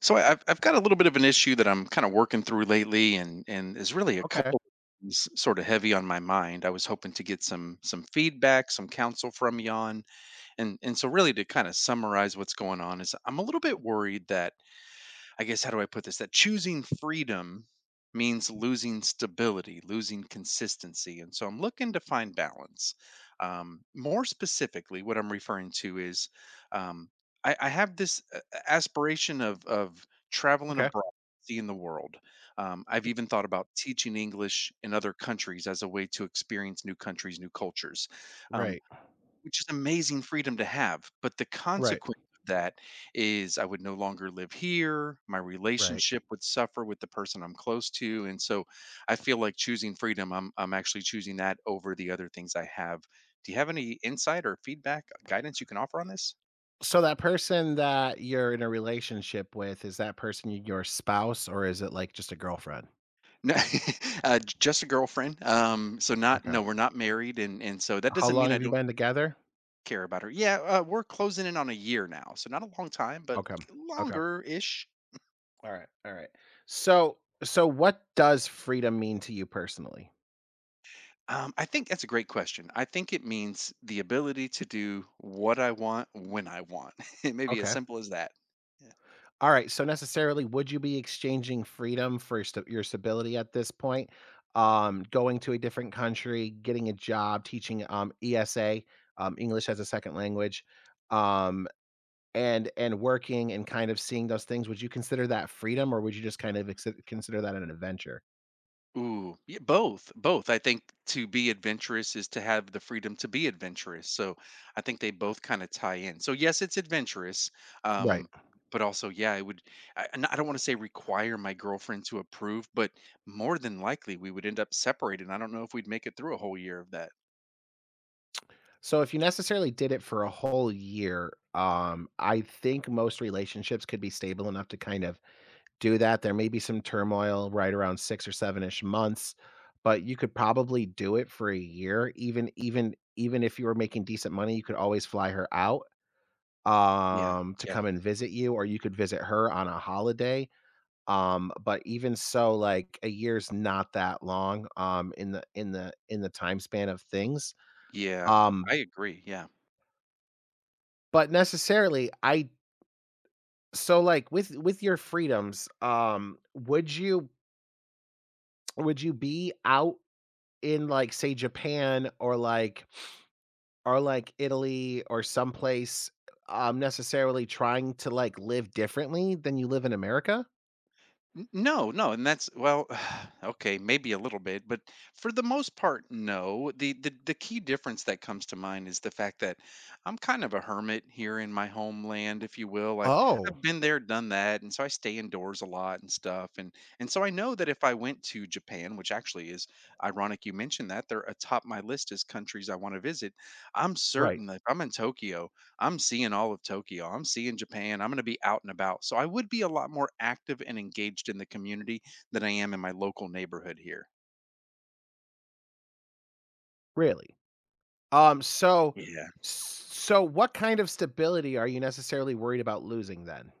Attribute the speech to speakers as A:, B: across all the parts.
A: So I've got a little bit of an issue that I'm kind of working through lately, and is really a
B: Okay,
A: couple of things sort of heavy on my mind. I was hoping to get some feedback, some counsel from you on, and so really to kind of summarize what's going on is I'm a little bit worried that I guess how do I put this? That choosing freedom means losing stability, losing consistency. And so I'm looking to find balance. More specifically, what I'm referring to is um, I have this aspiration of traveling
B: okay.
A: abroad, seeing the world. I've even thought about teaching English in other countries as a way to experience new countries, new cultures. Um,
B: Right,
A: which is amazing freedom to have, but the
B: right,
A: consequence of that is I would no longer live here, my
B: right.
A: relationship would suffer with the person I'm close to, and so I feel like choosing freedom, I'm actually choosing that over the other things I have. Do you have any insight or feedback, guidance you can offer on this?
B: So that person that you're in a relationship with, is that person your spouse, or is it, like, just a girlfriend?
A: No, j just a girlfriend, so not
B: Okay.
A: no, we're not married, and so that
B: How
A: doesn't mean
B: long
A: I
B: have you
A: don't
B: been together?
A: care about her. Yeah, we're closing in on a year now, so not a long time, but
B: Okay, okay.
A: longer-ish.
B: Alright, alright. So so what does freedom mean to you personally?
A: I think that's a great question. I think it means the ability to do what I want when I want. It may be as
B: Okay.
A: simple as that. Yeah.
B: Alright, so necessarily, would you be exchanging freedom for sta your stability at this point? Going to a different country, getting a job, teaching, ESA, English as a Second Language, um, and working and kind of seeing those things, would you consider that freedom, or would you just kind of ex consider that an adventure?
A: Ooh, yeah, both, both. I think to be adventurous is to have the freedom to be adventurous. So I think they both kind of tie in. So yes, it's adventurous,
B: Right.
A: um, but also yeah, I would. And I don't want to say require my girlfriend to approve, but more than likely we would end up separated. I don't know if we'd make it through a whole year of that.
B: So if you necessarily did it for a whole year, I think most relationships could be stable enough to kind of do that. There may be some turmoil right around 6 or 7-ish months, but you could probably do it for a year. Even if you were making decent money, you could always fly her out,
A: Yeah,
B: to
A: yeah,
B: come and visit you, or you could visit her on a holiday. But even so, like, a year's not that long, in the time span of things.
A: yeah,
B: um
A: I agree. Yeah.
B: but necessarily I, like, with your freedoms, would you, would you be out in, like, say Japan, or, like, or like Italy or someplace, necessarily trying to, like, live differently than you live in America.
A: No, and that's well, okay, maybe a little bit, but for the most part, no. The key difference that comes to mind is the fact that I'm kind of a hermit here in my homeland, if you will. I've
B: Oh,
A: I've been there, done that, and so I stay indoors a lot and stuff. And so I know that if I went to Japan, which actually is ironic you mentioned that, they're atop my list as countries I want to visit. I'm
B: right,
A: certain that if I'm in Tokyo, I'm seeing all of Tokyo. I'm seeing Japan. I'm going to be out and about. So I would be a lot more active and engaged in the community than I am in my local neighborhood here.
B: really. Um, so
A: Yeah.
B: so what kind of stability are you necessarily worried about losing then?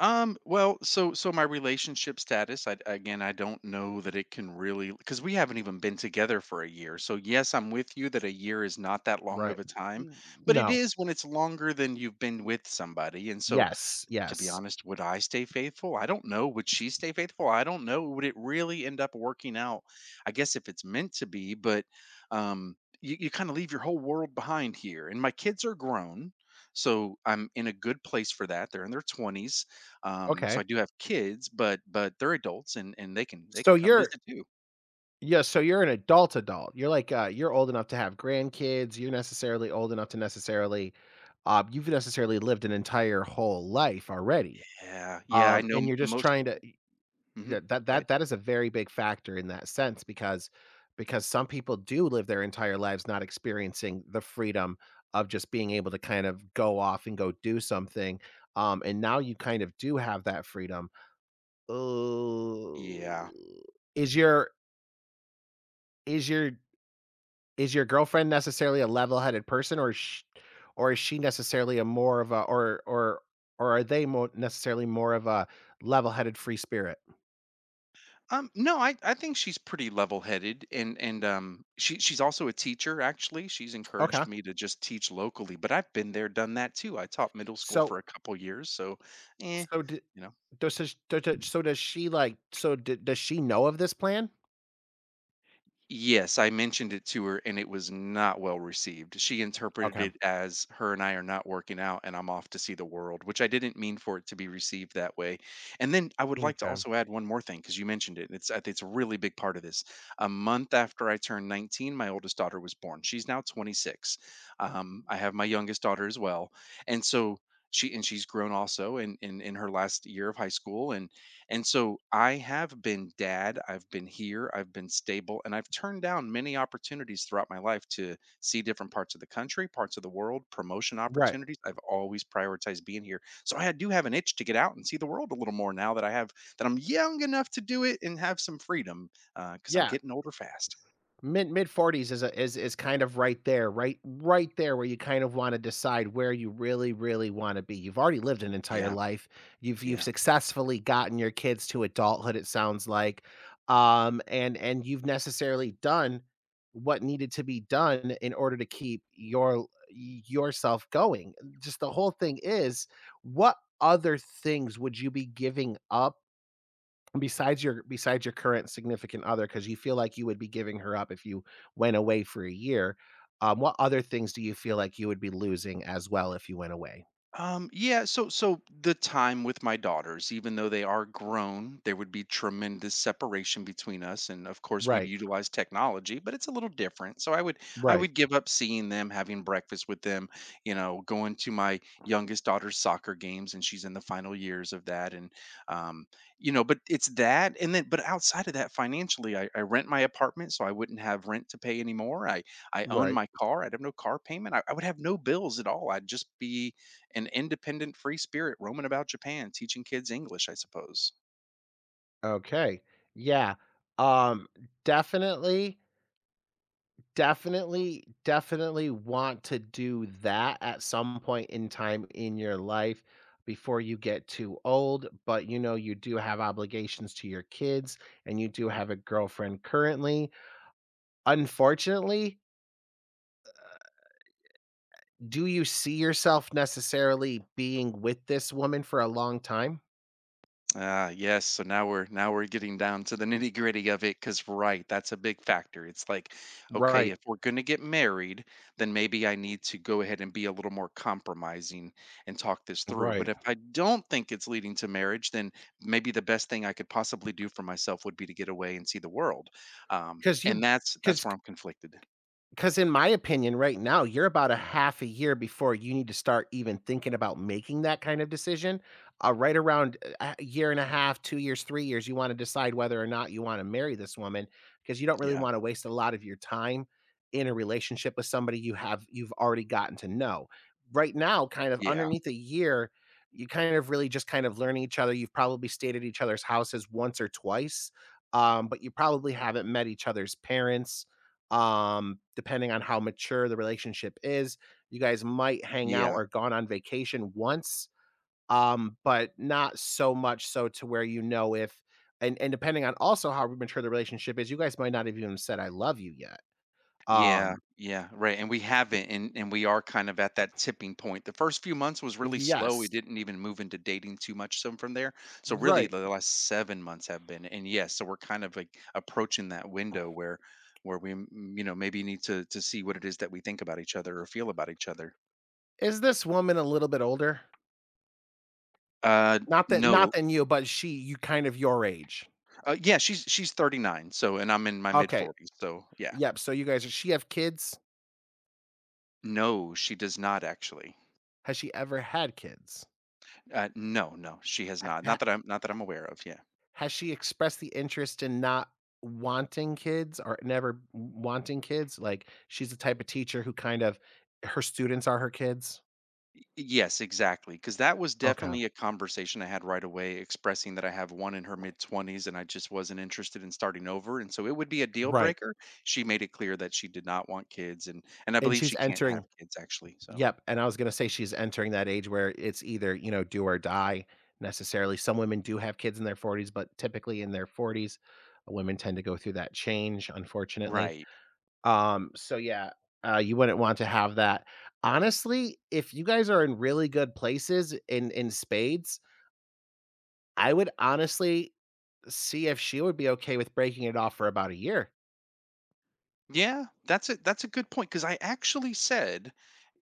A: Well, so my relationship status, I again, I don't know that it can really because we haven't even been together for a year. So yes, I'm with you that a year is not that long
B: Right.
A: of a time,
B: N
A: but it
B: no.
A: is when it's longer than you've been with somebody. And so
B: Yes,
A: to be
B: yes.
A: honest, would I stay faithful? I don't know. Would she stay faithful? I don't know. Would it really end up working out? I guess if it's meant to be, but um, you kind of leave your whole world behind here. And my kids are grown. So I'm in a good place for that. They're in their 20s, so
B: Okay.
A: I do have kids, but they're adults and and they can they
B: So
A: can come
B: you're
A: visit too.
B: yeah, so you're an adult adult. You're like, you're old enough to have grandkids, you're necessarily old enough to necessarily, you've necessarily lived an entire whole life already.
A: Yeah, yeah, I know
B: And
A: m-
B: you're just
A: most.
B: trying to.
A: Mhm.
B: Yeah, that
A: Go ahead.
B: that that is a very big factor in that sense, because some people do live their entire lives not experiencing the freedom of just being able to kind of go off and go do something. And now you kind of do have that freedom. Ooh.
A: Yeah.
B: Is your is your is your girlfriend necessarily a level-headed person, or is sh or is she necessarily a more of a, or are they more necessarily more of a level-headed free spirit?
A: No, I think she's pretty level-headed, and she's also a teacher. Actually, she's
B: Okay.
A: encouraged me to just teach locally, but I've been there, done that too. I taught middle school
B: So
A: for a couple years, so, eh,
B: So d
A: you know.
B: does sh d d so does she, like, so d does she know of this plan?
A: Yes, I mentioned it to her and it was not well received. She interpreted
B: Okay,
A: it as her and I are not working out and I'm off to see the world, which I didn't mean for it to be received that way. And then I would like to
B: m'kay.
A: also add one more thing because you mentioned it. It's I think it's a really big part of this. A month after I turned 19, my oldest daughter was born. She's now 26. I have my youngest daughter as well. And so she and she's grown also in her last year of high school and so I have been dad, I've been here, I've been stable, and I've turned down many opportunities throughout my life to see different parts of the country, parts of the world, promotion
B: Right.
A: opportunities. I've always prioritized being here. So I do have an itch to get out and see the world a little more now that I have that I'm young enough to do it and have some freedom because I'm
B: Yeah.
A: getting older fast.
B: Mid 40s is a is kind of right there, right, right there where you kind of wanna decide where you really, really wanna be. You've already lived an entire
A: Yeah,
B: life. You've
A: yeah.
B: successfully gotten your kids to adulthood, it sounds like, and you've necessarily done what needed to be done in order to keep your yourself going. Just the whole thing is, what other things would you be giving up? Besides your, besides your current significant other, because you feel like you would be giving her up if you went away for a year, what other things do you feel like you would be losing as well if you went away?
A: So the time with my daughters, even though they are grown, there would be tremendous separation between us. And of course we'd
B: Right,
A: utilize technology, but it's a little different. So I
B: right,
A: would give up seeing them, having breakfast with them, you know, going to my youngest daughter's soccer games, and she's in the final years of that. And um, you know, but it's that and then but outside of that, financially, I rent my apartment, so I wouldn't have rent to pay anymore. I own
B: right.
A: my car, I'd have no car payment, I would have no bills at all. I'd just be an independent free spirit roaming about Japan teaching kids English, I suppose.
B: Okay. Yeah. Um, definitely, definitely want to do that at some point in time in your life before you get too old, but, you know, you do have obligations to your kids and you do have a girlfriend currently. Unfortunately, do you see yourself necessarily being with this woman for a long time?
A: Ah, yes. So now we're getting down to the nitty-gritty of it cuz right, that's a big factor. It's like, okay,
B: Right,
A: if we're going to get married, then maybe I need to go ahead and be a little more compromising and talk this through.
B: right,
A: But if I don't think it's leading to marriage, then maybe the best thing I could possibly do for myself would be to get away and see the world. Um
B: because
A: and
B: you,
A: that's that's
B: because.
A: where I'm conflicted.
B: Because in my opinion, right now, you're about a half a year before you need to start even thinking about making that kind of decision. Right around a year and a half, 2 years, 3 years, you want to decide whether or not you want to marry this woman, because you don't really
A: Yeah.
B: want to waste a lot of your time in a relationship with somebody you've already gotten to know. Right now, kind of
A: Yeah.
B: underneath a year, you kind of really just kind of learning each other. You've probably stayed at each other's houses once or twice, but you probably haven't met each other's parents, depending on how mature the relationship is, you guys might hang out
A: Yeah.
B: or gone on vacation once, but not so much so to where you know if, and and depending on also how mature the relationship is, you guys might not have even said "I love you" yet.
A: Yeah,
B: Um,
A: yeah, right, and we haven't, and we are kind of at that tipping point. The first few months was really slow, we
B: yes,
A: didn't even move into dating too much so from there. So really
B: right.
A: the last 7 months have been and yes, so we're kind of like approaching that window where where we, m- you know, maybe need to see what it is that we think about each other or feel about each other.
B: Is this woman a little bit older?
A: Uh
B: Not that, not
A: no.
B: than you, but she, you kind of your age.
A: Yeah, she's 39, so and I'm in my mid
B: Okay.
A: 40s. So, yeah.
B: Yep. So you guys, does she have kids?
A: No, she does not actually.
B: Has she ever had kids?
A: No, no, she has not. Not
B: Ha
A: that I'm aware of. Yeah.
B: Has she expressed the interest in not wanting kids or never wanting kids? Like, she's the type of teacher who kind of her students are her kids?
A: Yes, exactly. Because that was
B: Okay.
A: definitely a conversation I had right away, expressing that I have one in her mid 20s and I just wasn't interested in starting over. And so it would be a deal
B: Right.
A: breaker. She made it clear that she did not want kids. And I
B: And
A: believe
B: she's
A: she can't have
B: entering.
A: kids, actually. So,
B: Yep, and I was gonna say she's entering that age where it's either, you know, do or die necessarily. Some women do have kids in their 40s, but typically in their 40s, women tend to go through that change, unfortunately.
A: right.
B: So yeah, you wouldn't want to have that. Honestly, if you guys are in really good places, in spades, I would honestly see if she would be okay with breaking it off for about a year.
A: Yeah, that's it. That's a good point. Because I actually said,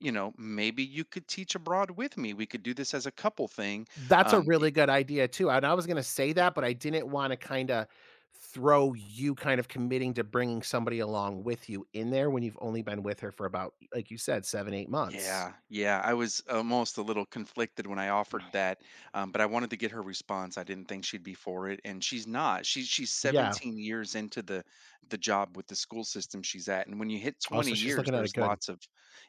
A: you know, maybe you could teach abroad with me. We could do this as a couple thing.
B: That's a
A: Um,
B: really good idea too. And I was gonna say that, but I didn't want to kind of throw you kind of committing to bringing somebody along with you in there when you've only been with her for about, like you said, 7, 8 months.
A: Yeah, yeah. I was almost a little conflicted when I offered that, but I wanted to get her response. I didn't think she'd be for it, and she's not. She's
B: Yeah.
A: 17 years into the job with the school system she's at, and when you hit
B: Also,
A: 20
B: she's
A: years,
B: looking at a
A: there's
B: good
A: lots of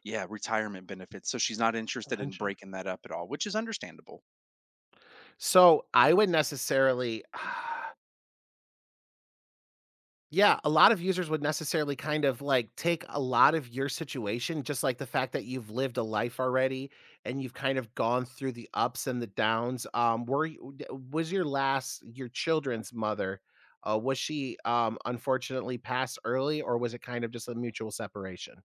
A: yeah retirement benefits. So she's not interested in
B: pension.
A: breaking that up at all, which is understandable.
B: So I would necessarily. Yeah, a lot of users would necessarily kind of like take a lot of your situation, just like the fact that you've lived a life already and you've kind of gone through the ups and the downs. Were you, was your last, your children's mother? Was she, unfortunately passed early, or was it kind of just a mutual separation?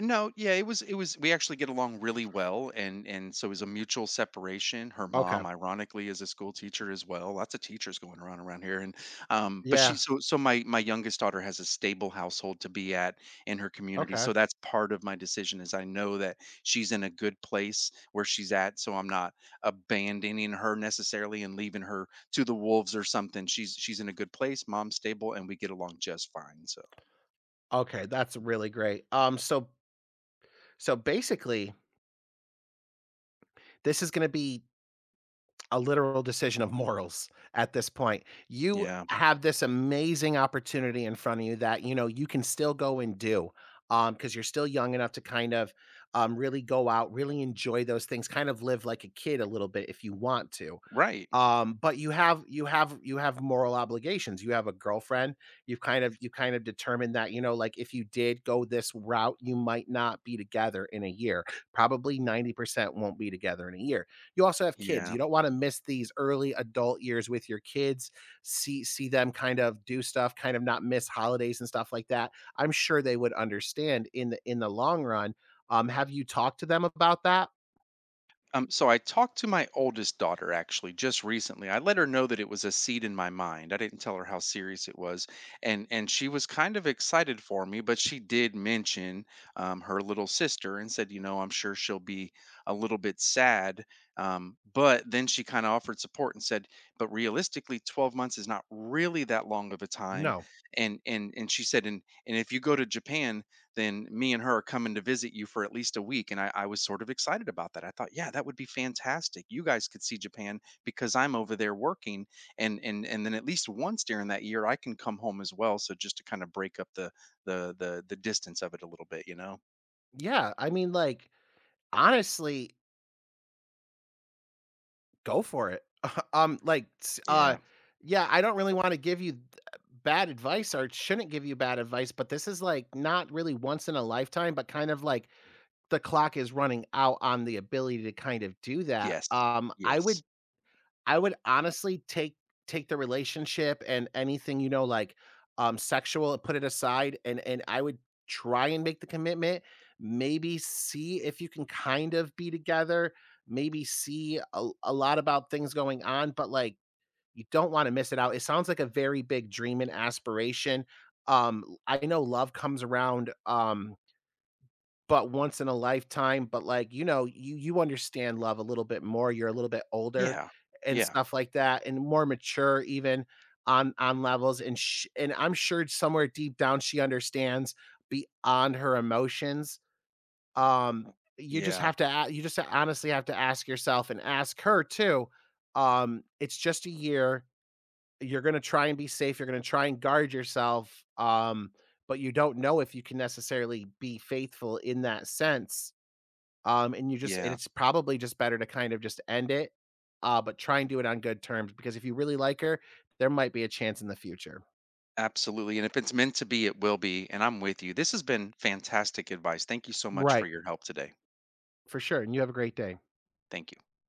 A: No, yeah, it was we actually get along really well and so it was a mutual separation. Her
B: Okay.
A: mom ironically is a school teacher as well. Lots of teachers going around here and but
B: Yeah.
A: she so so my youngest daughter has a stable household to be at in her community.
B: Okay.
A: So that's part of my decision is I know that she's in a good place where she's at so I'm not abandoning her necessarily and leaving her to the wolves or something. She's in a good place, mom's stable and we get along just fine. So,
B: Okay. That's really great. So basically, this is going to be a literal decision of morals at this point. You
A: yeah.
B: have this amazing opportunity in front of you that, you know, you can still go and do, because 'cause you're still young enough to kind of, really go out, really enjoy those things, kind of live like a kid a little bit if you want to.
A: Right.
B: But you have moral obligations. You have a girlfriend. You you kind of determined that, you know, like, if you did go this route, you might not be together in a year. Probably 90% won't be together in a year. You also have kids. You
A: Yeah.
B: don't want to miss these early adult years with your kids. See them kind of do stuff, kind of not miss holidays and stuff like that. I'm sure they would understand in the long run. Have you talked to them about that?
A: So I talked to my oldest daughter actually just recently. I let her know that it was a seed in my mind. I didn't tell her how serious it was, and she was kind of excited for me. But she did mention her little sister and said, you know, I'm sure she'll be a little bit sad. But then she kind of offered support and said, but realistically, 12 months is not really that long of a time.
B: No.
A: And she said, and if you go to Japan then me and her are coming to visit you for at least a week. And I was sort of excited about that. I thought, yeah, that would be fantastic. You guys could see Japan because I'm over there working. And then at least once during that year I can come home as well. So just to kind of break up the distance of it a little bit, you know?
B: Yeah, I mean, like, honestly, go for it. Like, s
A: Yeah.
B: yeah, I don't really wanna give you th bad advice or shouldn't give you bad advice, but this is, like, not really once in a lifetime, but kind of like the clock is running out on the ability to kind of do that.
A: Yes. Yes.
B: I would honestly take the relationship and anything, you know, like, sexual, put it aside, and I would try and make the commitment. Maybe see if you can kind of be together. Maybe see a lot about things going on, but, like, you don't want to miss it out. It sounds like a very big dream and aspiration. I know love comes around, but once in a lifetime, but, like, you know, you understand love a little bit more, you're a little bit older
A: Yeah.
B: and
A: Yeah.
B: stuff like that, and more mature even on levels, and sh and I'm sure somewhere deep down she understands beyond her emotions. You just
A: Yeah.
B: have to a you just honestly have to ask yourself and ask her too, "It's just a year, you're gonna try and be safe, you're gonna try and guard yourself, but you don't know if you can necessarily be faithful in that sense." And you just and
A: Yeah.
B: it's probably just better to kind of just end it, but try and do it on good terms because if you really like her, there might be a chance in the future.
A: Absolutely. And if it's meant to be, it will be. And I'm with you. This has been fantastic advice. Thank you so much for
B: Right.
A: your help today.
B: For sure. And you have a great day.
A: Thank you.